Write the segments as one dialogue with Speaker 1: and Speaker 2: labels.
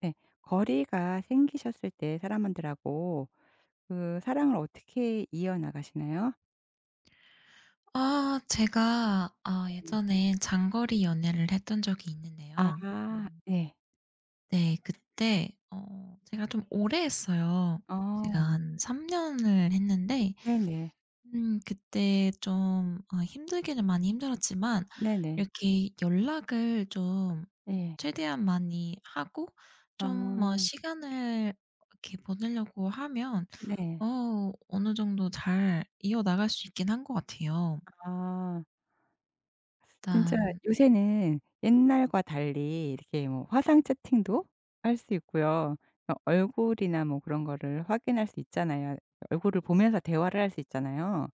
Speaker 1: 네. 거리가 생기셨을 때 사람들하고 그 사랑을 어떻게 이어나가시나요?
Speaker 2: 제가
Speaker 1: 네.
Speaker 2: 예전에 장거리 연애를 했던 적이
Speaker 1: 아
Speaker 2: 있는데요. 음.
Speaker 1: 네.
Speaker 2: 네, 그때 제가 좀 오래 했어요. 제가
Speaker 1: 어.
Speaker 2: 한 3 년을 했는데
Speaker 1: 네네.
Speaker 2: 그때 좀 힘들기는 많이 힘들었지만
Speaker 1: 네네.
Speaker 2: 이렇게 연락을 좀
Speaker 1: 예.
Speaker 2: 최대한 많이 하고 좀 뭐
Speaker 1: 아
Speaker 2: 시간을 이렇게 보내려고 하면
Speaker 1: 네.
Speaker 2: 어느 정도 잘 이어나갈 수 있긴 한 것 같아요.
Speaker 1: 아 진짜
Speaker 2: 일단.
Speaker 1: 요새는 옛날과 달리 이렇게 뭐 화상 채팅도 할 수 있고요. 어 얼굴이나 뭐 그런 거를 확인할 수 있잖아요. 얼굴을 보면서 대화를 할 수 있잖아요.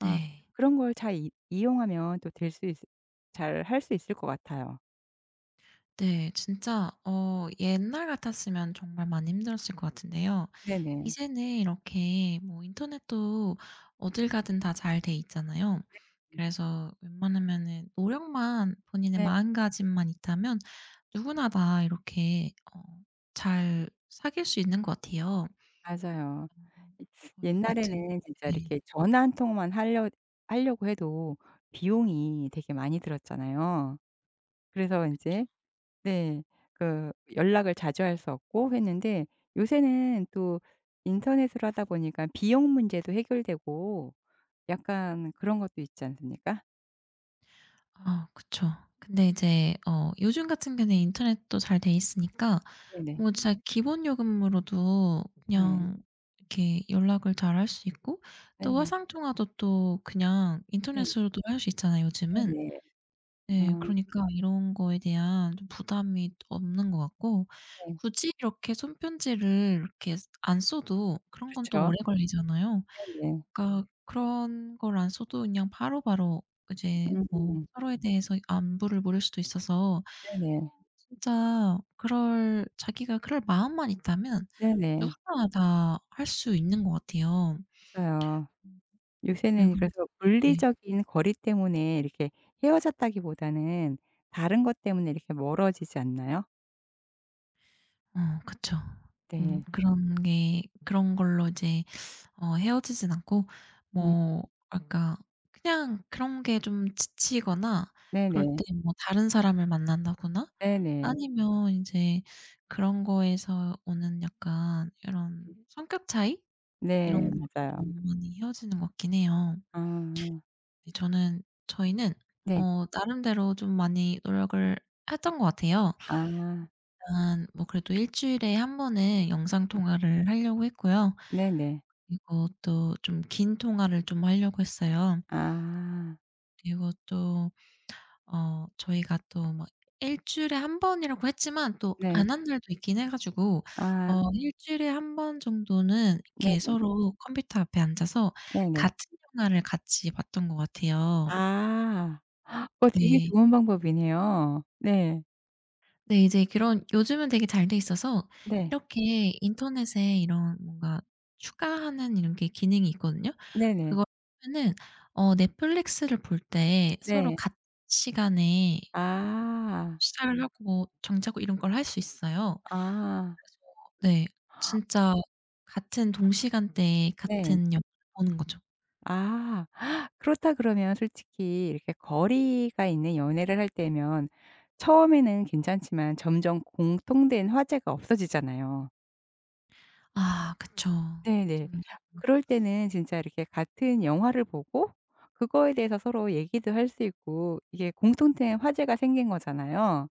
Speaker 1: 아 그런 걸 잘 이 이용하면 또 될 수 있 잘 할 수 있을 것 같아요.
Speaker 2: 네, 진짜 옛날 같았으면 정말 많이 힘들었을 것 같은데요.
Speaker 1: 네네.
Speaker 2: 이제는 이렇게 뭐 인터넷도 어딜 가든 다 잘 돼 있잖아요.
Speaker 1: 음.
Speaker 2: 그래서 웬만하면은 노력만 본인의
Speaker 1: 네
Speaker 2: 마음가짐만 있다면 누구나 다 이렇게 잘 사귈 수 있는 것 같아요.
Speaker 1: 맞아요.
Speaker 2: 음, 저희 같은.
Speaker 1: 옛날에는 진짜
Speaker 2: 네.
Speaker 1: 이렇게 전화 한 통만 하려고 해도 비용이 되게 많이 들었잖아요. 그래서 이
Speaker 2: 그쵸.
Speaker 1: 제 네 그 연락을 자주 할 수 없고 했는데 요새는 또 인터넷으로 하다 보니까 비용 문제도 해결되고 약간 그런 것도 있지 않습니까?
Speaker 2: 아 그쵸. 근데 이제 요즘 같은 경우에는 인터넷도 잘 돼 있으니까
Speaker 1: 네네.
Speaker 2: 뭐 진짜 기본 요금으로도
Speaker 1: 네.
Speaker 2: 그냥 이렇게 연락을 잘 할 수 있고, 또
Speaker 1: 네네.
Speaker 2: 화상 통화도 또 그냥
Speaker 1: 네.
Speaker 2: 인터넷으로도 할 수 있잖아요, 요즘은.
Speaker 1: 네네.
Speaker 2: 네.
Speaker 1: 아.
Speaker 2: 그러니까 이런 거에 대한 좀 부담이 없는 것 같고,
Speaker 1: 네.
Speaker 2: 굳이 이렇게 손편지를 이렇게 안 써도 그런 건 또
Speaker 1: 그렇죠.
Speaker 2: 오래 걸리잖아요.
Speaker 1: 네네.
Speaker 2: 그러니까 그런 걸 안 써도 그냥 바로바로 이제 뭐
Speaker 1: 음.
Speaker 2: 서로에 대해서 안부를 물을 수도 있어서. 어.
Speaker 1: 네네.
Speaker 2: 진짜 그럴, 자기가 그럴 마음만 있다면
Speaker 1: 네네.
Speaker 2: 누구나 다 할 수 있는 것 같아요.
Speaker 1: 맞아요.
Speaker 2: 음. 그리고
Speaker 1: 요새는 그래서
Speaker 2: 네.
Speaker 1: 물리적인 거리 때문에 이렇게 헤어졌다기보다는 다른 것 때문에 이렇게 멀어지지 않나요?
Speaker 2: 그쵸.
Speaker 1: 네.
Speaker 2: 그런 게 그런 걸로 이제 헤어지진 않고
Speaker 1: 음.
Speaker 2: 뭐 아까 그냥 그런 게 좀 지치거나 그럴
Speaker 1: 네네.
Speaker 2: 때 뭐 다른 사람을 만난다거나,
Speaker 1: 네네.
Speaker 2: 아니면 이제 그런 거에서 오는 약간 이런 성격 차이
Speaker 1: 네.
Speaker 2: 이런 것도
Speaker 1: 맞아요.
Speaker 2: 좀 많이 헤어지는 것 같긴 해요.
Speaker 1: 아.
Speaker 2: 네, 저는, 저희는
Speaker 1: 네.
Speaker 2: 나름대로 좀 많이 노력을 했던 것 같아요.
Speaker 1: 아.
Speaker 2: 일단 뭐 그래도 일 주일에 한 번은 영상 통화를 하려고 했고요.
Speaker 1: 네네.
Speaker 2: 그리고 또 좀 긴 통화를 좀 하려고 했어요.
Speaker 1: 아.
Speaker 2: 그리고 또 저희가 또 막 일 주일에 한 번이라고 했지만 또
Speaker 1: 네.
Speaker 2: 안 한 날도 있긴 해 가지고
Speaker 1: 아.
Speaker 2: 일 주일에 한 번 정도는 이렇게
Speaker 1: 네네.
Speaker 2: 서로 컴퓨터 앞에 앉아서
Speaker 1: 네네.
Speaker 2: 같은 영화를 같이 봤던 것 같아요.
Speaker 1: 아. 어 되게
Speaker 2: 네.
Speaker 1: 좋은 방법이네요. 네.
Speaker 2: 네, 이제 그런 요즘은 되게 잘 돼 있어서
Speaker 1: 네.
Speaker 2: 이렇게 인터넷에 이런 뭔가 추가하는 이런 게 기능이 있거든요.
Speaker 1: 네네.
Speaker 2: 그걸 하면은 넷플릭스를 볼 때 서로
Speaker 1: 네.
Speaker 2: 같은 시간에
Speaker 1: 아.
Speaker 2: 시작을 하고 정지하고 이런 걸 할 수 있어요.
Speaker 1: 아.
Speaker 2: 그래서. 네. 진짜 같은 동시간대에
Speaker 1: 네.
Speaker 2: 같은 영화를 보는 거죠.
Speaker 1: 아. 그렇다 그러면 솔직히 이렇게 거리가 있는 연애를 할 때면 처음에는 괜찮지만 점점 공통된 화제가 없어지잖아요.
Speaker 2: 아 그쵸.
Speaker 1: 네네.
Speaker 2: 점점.
Speaker 1: 그럴 때는 진짜 이렇게 같은 영화를 보고 그거에 대해서 서로 얘기도 할 수 있고 이게 공통된 화제가 생긴 거잖아요.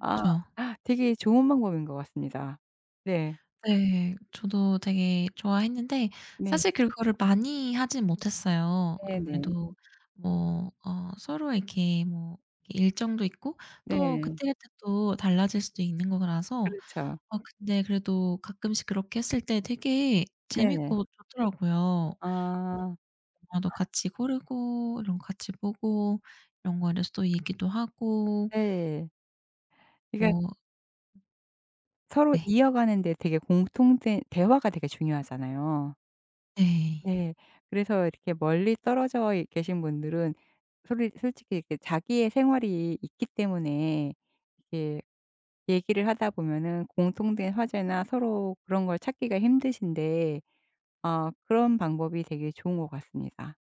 Speaker 1: 아 되게 좋은 방법인 것 같습니다. 네.
Speaker 2: 네. 저도 되게 좋아했는데
Speaker 1: 네.
Speaker 2: 사실 그거를 많이 하진 못했어요.
Speaker 1: 네네.
Speaker 2: 아무래도 뭐 서로 이렇게 뭐 일정도 있고 또
Speaker 1: 네.
Speaker 2: 그때그때 또 달라질 수도 있는 거라서.
Speaker 1: 그렇죠.
Speaker 2: 아 근데 그래도 가끔씩 그렇게 했을 때 되게
Speaker 1: 네네.
Speaker 2: 재밌고 좋더라고요.
Speaker 1: 아.
Speaker 2: 영화도 같이 고르고 이런 거 같이 보고 이런 거에 대해서 또 얘기도 하고
Speaker 1: 네. 그러니까
Speaker 2: 뭐.
Speaker 1: 서로
Speaker 2: 네.
Speaker 1: 이어가는 데 되게 공통된 대화가 되게 중요하잖아요.
Speaker 2: 네.
Speaker 1: 네. 그래서 이렇게 멀리 떨어져 이 계신 분들은 솔리 솔직히 이렇게 자기의 생활이 있기 때문에 이렇게 얘기를 하다 보면은 공통된 화제나 서로 그런 걸 찾기가 힘드신데 어 그런 방법이 되게 좋은 것 같습니다.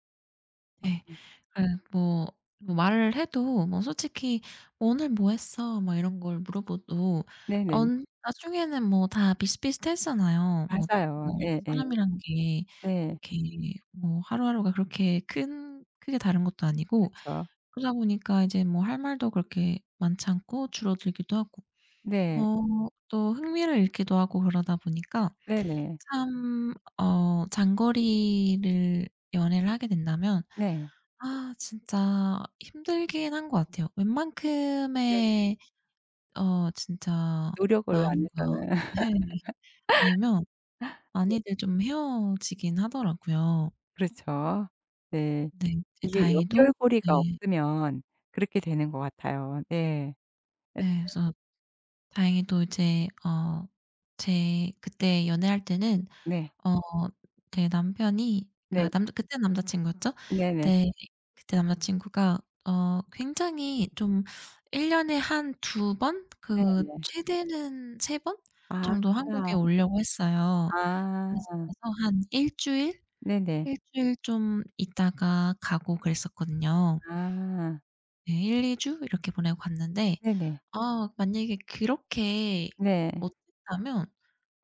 Speaker 2: 네.
Speaker 1: 음음.
Speaker 2: 그래, 뭐 뭐 말을 해도 뭐 솔직히 "뭐 오늘 뭐 했어?" 막 이런 걸 물어봐도
Speaker 1: 네네.
Speaker 2: 언 나중에는 뭐 다 비슷비슷하잖아요. 뭐,
Speaker 1: 맞아요.
Speaker 2: 뭐
Speaker 1: 예예.
Speaker 2: 사람이란 게
Speaker 1: 네.
Speaker 2: 이렇게 뭐 하루하루가 그렇게 큰 크게 다른 것도 아니고
Speaker 1: 그렇죠.
Speaker 2: 그러다 보니까 이제 뭐 할 말도 그렇게 많지 않고 줄어들기도 하고
Speaker 1: 네.
Speaker 2: 또 흥미를 잃기도 하고 그러다 보니까
Speaker 1: 네네.
Speaker 2: 참 장거리를 연애를 하게 된다면
Speaker 1: 네.
Speaker 2: 아 진짜 힘들긴 한 것 같아요.
Speaker 1: 네.
Speaker 2: 웬만큼의 진짜
Speaker 1: 노력을 안
Speaker 2: 마음과.
Speaker 1: 해서는
Speaker 2: 네. 아니면 많이들 좀 헤어지긴 하더라고요.
Speaker 1: 그렇죠. 네.
Speaker 2: 네, 이제
Speaker 1: 이게
Speaker 2: 다행히도.
Speaker 1: 연결고리가
Speaker 2: 네.
Speaker 1: 없으면 그렇게 되는 것 같아요. 네. 앗
Speaker 2: 예, 그래서 다행히도 이제 제 그때 연애할 때는
Speaker 1: 네.
Speaker 2: 어 제 남편이,
Speaker 1: 네.
Speaker 2: 그러니까 남자 그때 남자 친구였죠.
Speaker 1: 네네.
Speaker 2: 네. 그때 남자 친구가 굉장히 좀 1 년에 한 두 번, 그
Speaker 1: 네네.
Speaker 2: 최대는 세 번
Speaker 1: 아.
Speaker 2: 정도 한국에 오려고 했어요.
Speaker 1: 아.
Speaker 2: 그래서 한 일 주일,
Speaker 1: 네네.
Speaker 2: 일 주일 좀 있다가 가고 그랬었거든요.
Speaker 1: 아.
Speaker 2: 네, 1-2주 이렇게 보내고 갔는데
Speaker 1: 네네.
Speaker 2: 아 만약에 그렇게
Speaker 1: 네.
Speaker 2: 못 했다면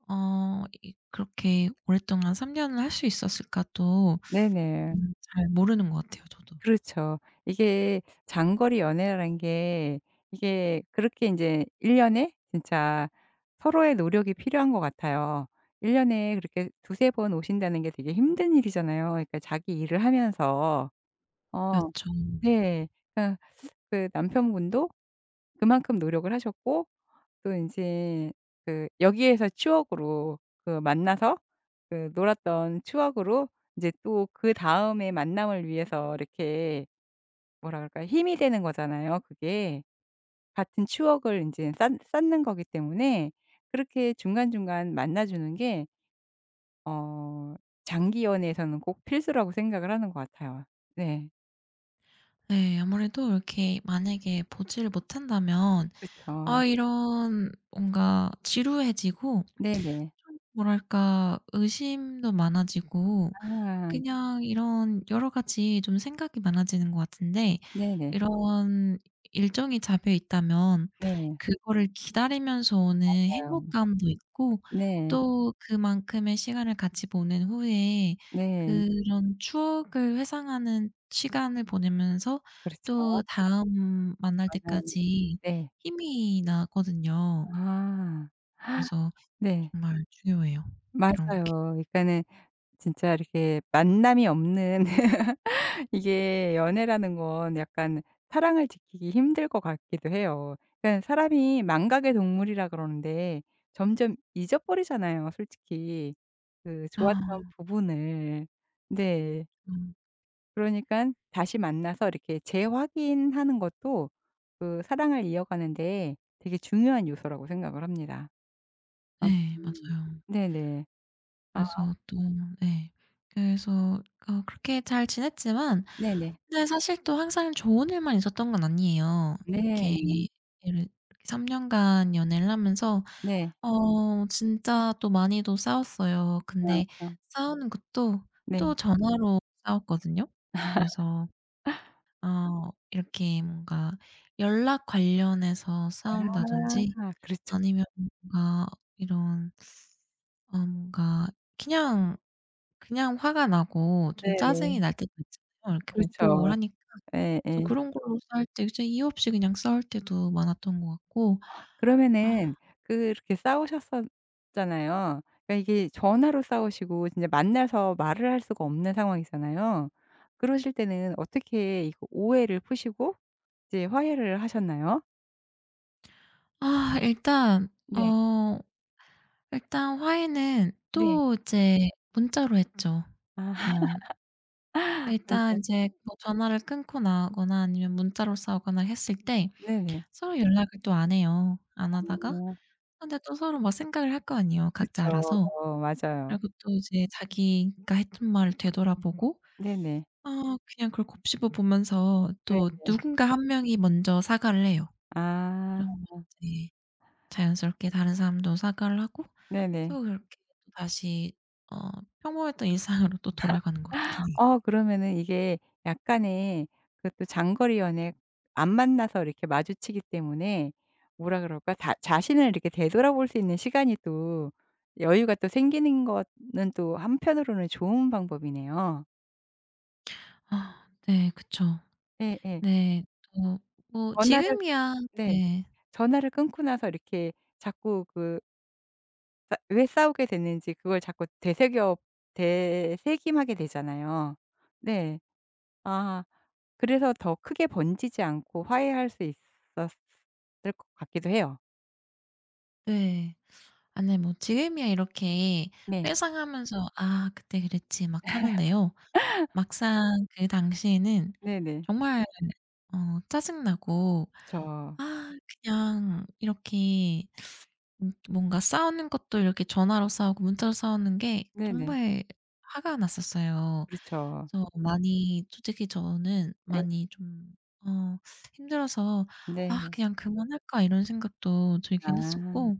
Speaker 2: 어 이 그렇게 오랫동안 3 년을 할 수 있었을까 또.
Speaker 1: 네네.
Speaker 2: 잘 모르는 것 같아요, 저도.
Speaker 1: 그렇죠. 이게 장거리 연애라는 게 이게 그렇게 인제 1 년에 진짜 서로의 노력이 필요한 것 같아요. 1 년에 그렇게 두세 번 오신다는 게 되게 힘든 일이잖아요. 그러니까 자기 일을 하면서. 어.
Speaker 2: 그렇죠.
Speaker 1: 네. 그러니까 그 남편분도 그만큼 노력을 하셨고 또 인제 그 여기에서 추억으로 그 만나서 그 놀았던 추억으로 이제 또 그다음에 만남을 위해서 이렇게 뭐라 그럴까요? 힘이 되는 거잖아요 그게. 같은 추억을 인제 쌓 쌓는 거기 때문에 그렇게 중간중간 만나 주는 게 어 장기 연애에서는 꼭 필수라고 생각을 하는 것 같아요. 네.
Speaker 2: 네. 아무래도 이렇게 만약에 보지를 못한다면
Speaker 1: 그쵸.
Speaker 2: 아 이런 뭔가 지루해지고
Speaker 1: 네네.
Speaker 2: 좀 뭐랄까 의심도 많아지고
Speaker 1: 아
Speaker 2: 그냥 이런 여러 가지 좀 생각이 많아지는 것 같은데,
Speaker 1: 네네.
Speaker 2: 이런 일정이 잡혀 있다면
Speaker 1: 네.
Speaker 2: 그거를 기다리면서 오는
Speaker 1: 맞아요.
Speaker 2: 행복감도 있고,
Speaker 1: 네.
Speaker 2: 또 그만큼의 시간을 같이 보낸 후에
Speaker 1: 네.
Speaker 2: 그런 추억을 회상하는 시간을 보내면서
Speaker 1: 그렇죠.
Speaker 2: 또 다음 만날
Speaker 1: 맞아요.
Speaker 2: 때까지
Speaker 1: 네.
Speaker 2: 힘이 나거든요.
Speaker 1: 아.
Speaker 2: 그래서
Speaker 1: 네.
Speaker 2: 정말 중요해요,
Speaker 1: 맞아요.
Speaker 2: 이렇게.
Speaker 1: 그러니까는 진짜 이렇게 만남이 없는 이게 연애라는 건 약간 사랑을 지키기 힘들 것 같기도 해요. 그러니까 사람이 "망각의 동물이라." 그러는데 점점 잊어버리잖아요 솔직히. 그
Speaker 2: 아.
Speaker 1: 좋았던 부분을. 네.
Speaker 2: 음.
Speaker 1: 그러니깐 다시 만나서 이렇게 재확인하는 것도 그 사랑을 이어가는 데 되게 중요한 요소라고 생각을 합니다. 아.
Speaker 2: 네,
Speaker 1: 음.
Speaker 2: 맞아요.
Speaker 1: 네네. 아
Speaker 2: 그래서 또. 네. 그래서 그렇게 잘 지냈지만
Speaker 1: 네네.
Speaker 2: 근데 사실 또 항상 좋은 일만 있었던 건 아니에요.
Speaker 1: 네.
Speaker 2: 이렇게 예를, 3 년간 연애를 하면서
Speaker 1: 네.
Speaker 2: 진짜 또 많이도 싸웠어요.
Speaker 1: 아
Speaker 2: 근데
Speaker 1: 아.
Speaker 2: 싸우는 것도
Speaker 1: 네.
Speaker 2: 또 전화로 싸웠거든요. 그래서 이렇게 뭔가 연락 관련해서 싸운다든지
Speaker 1: 아 그렇죠.
Speaker 2: 아니면 뭔가 이런 뭔가 그냥 그냥 화가 나고 좀 짜증이
Speaker 1: 네네.
Speaker 2: 날 때도 있잖아요. 이렇게 못 보고
Speaker 1: 그렇죠.
Speaker 2: 하니까. 그래서
Speaker 1: 예예.
Speaker 2: 그런 걸로 싸울 때 진짜 이유 없이 그냥 싸울 때도 많았던 것 같고. 아.
Speaker 1: 그러면은 그렇게 싸우셨었잖아요. 그러니까 이게 전화로 싸우시고 진짜 만나서 말을 할 수가 없는 상황이잖아요. 그러실 때는 어떻게 이거 오해를 푸시고 이제 화해를 하셨나요?
Speaker 2: 아, 일단
Speaker 1: 네.
Speaker 2: 어 일단 화해는
Speaker 1: 네.
Speaker 2: 또 이제 문자로 했죠.
Speaker 1: 아
Speaker 2: 이런, 일단
Speaker 1: 완전.
Speaker 2: 이제 뭐 전화를 끊고 나거나 아니면 문자로 싸우거나 했을 때
Speaker 1: 네네.
Speaker 2: 서로 연락을 또 안 해요. 안 하다가
Speaker 1: 아.
Speaker 2: 근데 또 서로 막 생각을 할 거 아니에요, 각자
Speaker 1: 그렇죠.
Speaker 2: 알아서.
Speaker 1: 맞아요.
Speaker 2: 그리고 또 이제 자기가 했던 말을 되돌아보고
Speaker 1: 네네.
Speaker 2: 아 그냥 그걸 곱씹어 보면서 또
Speaker 1: 네네.
Speaker 2: 누군가 한 명이 먼저 사과를 해요.
Speaker 1: 아
Speaker 2: 그러면 이제 자연스럽게 다른 사람도 사과를 하고,
Speaker 1: 네네.
Speaker 2: 또 그렇게 다시 어 평범했던 일상으로 또 돌아가는 것 같긴 해요.
Speaker 1: 어 그러면은 이게 약간의 그것도 장거리 연애 안 만나서 이렇게 마주치기 때문에 뭐라 그럴까? 자 자신을 이렇게 되돌아볼 수 있는 시간이 또 여유가 또 생기는 거는 또 한편으로는 좋은 방법이네요.
Speaker 2: 아 네 그쵸.
Speaker 1: 예예.
Speaker 2: 네. 어 뭐
Speaker 1: 전화를
Speaker 2: 지금이야.
Speaker 1: 네.
Speaker 2: 네.
Speaker 1: 전화를 끊고 나서 이렇게 자꾸 그 싸 왜 싸우게 됐는지 그걸 자꾸 되새겨 되새김하게 되잖아요. 네. 아. 그래서 더 크게 번지지 않고 화해할 수 있었을 것 같기도 해요.
Speaker 2: 네. 아 네, 뭐 지금이야 이렇게
Speaker 1: 네.
Speaker 2: 회상하면서 '아 그때 그랬지.' 막 하는데요. 막상 그 당시에는
Speaker 1: 네네.
Speaker 2: 정말 짜증나고
Speaker 1: 그쵸.
Speaker 2: 아 그냥 이렇게 뭔가 싸우는 것도 이렇게 전화로 싸우고 문자로 싸우는 게
Speaker 1: 네네.
Speaker 2: 정말 화가 났었어요.
Speaker 1: 그렇죠.
Speaker 2: 그래서 많이, 솔직히 저는
Speaker 1: 네.
Speaker 2: 많이 좀 어 힘들어서 '아
Speaker 1: 네.
Speaker 2: 그냥 그만할까.' 이런 생각도 들긴
Speaker 1: 아.
Speaker 2: 했었고.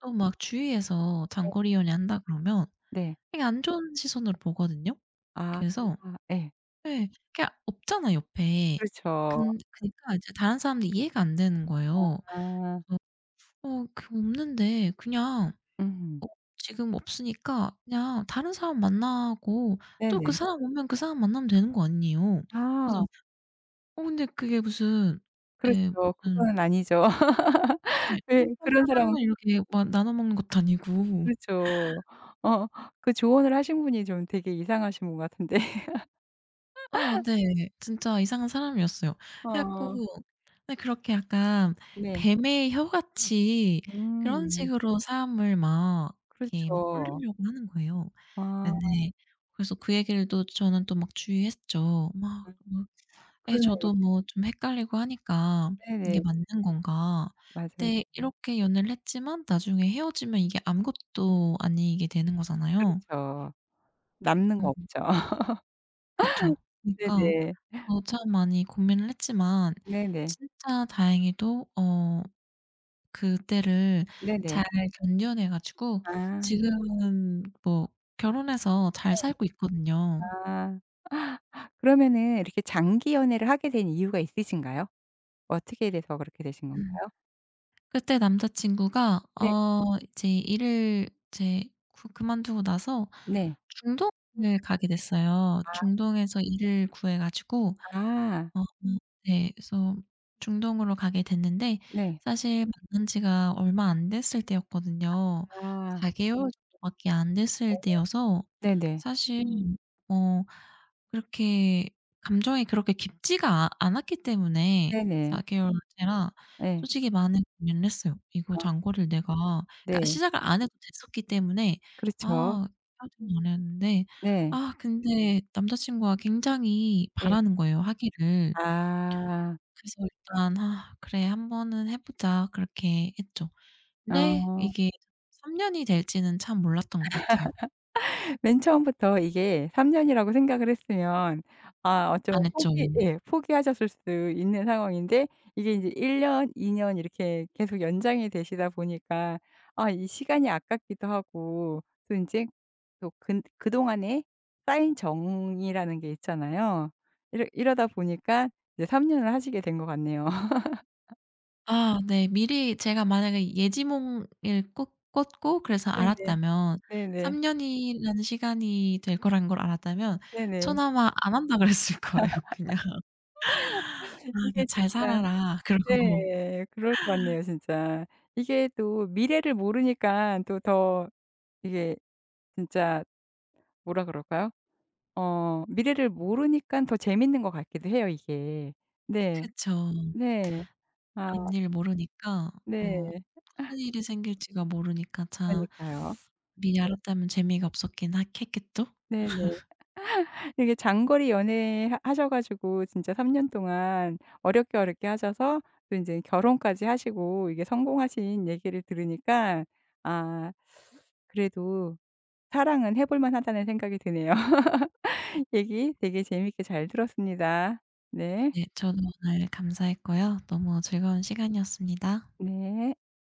Speaker 2: 또 막 주위에서
Speaker 1: 네.
Speaker 2: 장거리 연애한다 그러면
Speaker 1: 네.
Speaker 2: 되게 안 좋은 시선으로 보거든요.
Speaker 1: 아
Speaker 2: 그래서.
Speaker 1: 예.
Speaker 2: 네. 그냥 없잖아 옆에.
Speaker 1: 그렇죠.
Speaker 2: 근 그니까 이제 다른 사람들 이해가 안 되는 거예요.
Speaker 1: 아.
Speaker 2: 그 없는데 그냥
Speaker 1: 음.
Speaker 2: 어 지금 없으니까 그냥 다른 사람 만나고 또 그
Speaker 1: 네네.
Speaker 2: 사람 오면 그 사람 만나면 되는 거 아니에요. 그래서
Speaker 1: 아
Speaker 2: 근데 그게 무슨, 예
Speaker 1: 그렇죠.
Speaker 2: 무슨,
Speaker 1: 그거는 아니죠.
Speaker 2: 예
Speaker 1: 예
Speaker 2: 짬뽕
Speaker 1: 그런 사람은
Speaker 2: 짜장면 이렇게 막 나눠 먹는 것도 아니고.
Speaker 1: 그렇죠. 어 그 조언을 하신 분이 좀 되게 이상하신 분 같은데.
Speaker 2: 어 네. 진짜 이상한 사람이었어요. 해 갖고
Speaker 1: 어
Speaker 2: 네 그렇게 약간
Speaker 1: 네.
Speaker 2: 뱀의 혀같이 그런
Speaker 1: 음.
Speaker 2: 식으로 사람을 막 이렇게 막
Speaker 1: 그렇죠.
Speaker 2: 홀리려고 하는 거예요.
Speaker 1: 아
Speaker 2: 네네. 그래서 그 얘기를 또 저는 또 막 주의했죠. 막, 막. 예,
Speaker 1: 그러네요.
Speaker 2: 저도 뭐 좀 헷갈리고 하니까 '이게
Speaker 1: 네네.
Speaker 2: 맞는 건가?'
Speaker 1: 맞아요.
Speaker 2: 근데 이렇게 연애를 했지만 나중에 헤어지면 이게 아무것도 아니게 되는 거잖아요.
Speaker 1: 그렇죠. 남는 거
Speaker 2: 음.
Speaker 1: 없죠.
Speaker 2: 그쵸. 그니까
Speaker 1: 네네.
Speaker 2: 러저참 많이 고민을 했지만
Speaker 1: 네네.
Speaker 2: 진짜 다행히도 그때를
Speaker 1: 네네.
Speaker 2: 잘 견뎌내 가지고
Speaker 1: 아.
Speaker 2: 지금은 뭐 결혼해서 잘
Speaker 1: 네.
Speaker 2: 살고 있거든요.
Speaker 1: 아. 그러면은 이렇게 장기 연애를 하게 된 이유가 있으신가요? 어떻게 돼서 그렇게 되신
Speaker 2: 음.
Speaker 1: 건가요?
Speaker 2: 그때 남자 친구가
Speaker 1: 네.
Speaker 2: 이제 일을 이제 그 그만두고 나서
Speaker 1: 네.
Speaker 2: 중동을 가게 됐어요.
Speaker 1: 아
Speaker 2: 중동에서 일을 구해 가지고.
Speaker 1: 아.
Speaker 2: 어. 네. 그래서 중동으로 가게 됐는데
Speaker 1: 네.
Speaker 2: 사실 만난 지가 얼마 안 됐을 때였거든요.
Speaker 1: 아.
Speaker 2: 4 개월 정도밖에 안 됐을 때여서
Speaker 1: 네 네 네.
Speaker 2: 사실 어 그렇게 감정이 그렇게 깊지가 아 않았기 때문에,
Speaker 1: 네네.
Speaker 2: 4 개월째라
Speaker 1: 네.
Speaker 2: 솔직히 많은 고민을 했어요. '이거
Speaker 1: 아
Speaker 2: 잔고를 내가', 그러니까
Speaker 1: 네.
Speaker 2: 시작을 안 해도 됐었기 때문에.
Speaker 1: 그렇죠.
Speaker 2: 아 안 했는데
Speaker 1: 네.
Speaker 2: 아 근데 남자 친구가 굉장히
Speaker 1: 네.
Speaker 2: 바라는 거예요, 하기를.
Speaker 1: 아.
Speaker 2: 그래서 일단 '아 그래 한 번은 해 보자.' 그렇게 했죠. 근데
Speaker 1: 어.
Speaker 2: 이게 3 년이 될지는 참 몰랐던 것 같아요.
Speaker 1: 맨 처음부터 이게 3 년이라고 생각을 했으면 아 어쩌면
Speaker 2: 안 했죠.
Speaker 1: 포기 예 포기하셨을 수 있는 상황인데 이게 인제 1 년, 2년 이렇게 계속 연장이 되시다 보니까 아 이 시간이 아깝기도 하고 또 인제 또 근 그동안에 쌓인 정이라는 게 있잖아요. 이러다 보니까 이제 3 년을 하시게 된 것 같네요.
Speaker 2: 아 네. 미리 제가 만약에 예지몽을 꾸 꿨고 그래서
Speaker 1: 네네.
Speaker 2: 알았다면
Speaker 1: 네네.
Speaker 2: 3 년이라는 시간이 될 거라는 걸 알았다면
Speaker 1: 네네.
Speaker 2: 저는 아마 안 한다 그랬을 거예요, 그냥. '아
Speaker 1: 이게
Speaker 2: 그냥 잘
Speaker 1: 진짜
Speaker 2: 살아라.' 그러고.
Speaker 1: 네. 그럴 것 같네요 진짜. 이게 또 미래를 모르니깐 또 더 이게 진짜 뭐라 그럴까요? 어 미래를 모르니깐 더 재밌는 것 같기도 해요 이게. 네.
Speaker 2: 그쵸.
Speaker 1: 네. 아
Speaker 2: 앞일 모르니까 어
Speaker 1: 네.
Speaker 2: 무슨 일이 생길지가 모르니까 참
Speaker 1: 그러니까요.
Speaker 2: 미리 알았다면 재미가 없었긴 하 했겠죠?
Speaker 1: 네네. 이게 장거리 연애 하 하셔 가지고 진짜 3년 동안 어렵게, 어렵게 하셔서 또 인제 결혼까지 하시고 이게 성공하신 얘기를 들으니까 아 그래도 '사랑은 해볼 만하다.'는 생각이 드네요. 얘기 되게 재미있게 잘 들었습니다. 네.
Speaker 2: 네. 저도 오늘 감사했고요. 너무 즐거운 시간이었습니다.
Speaker 1: 네.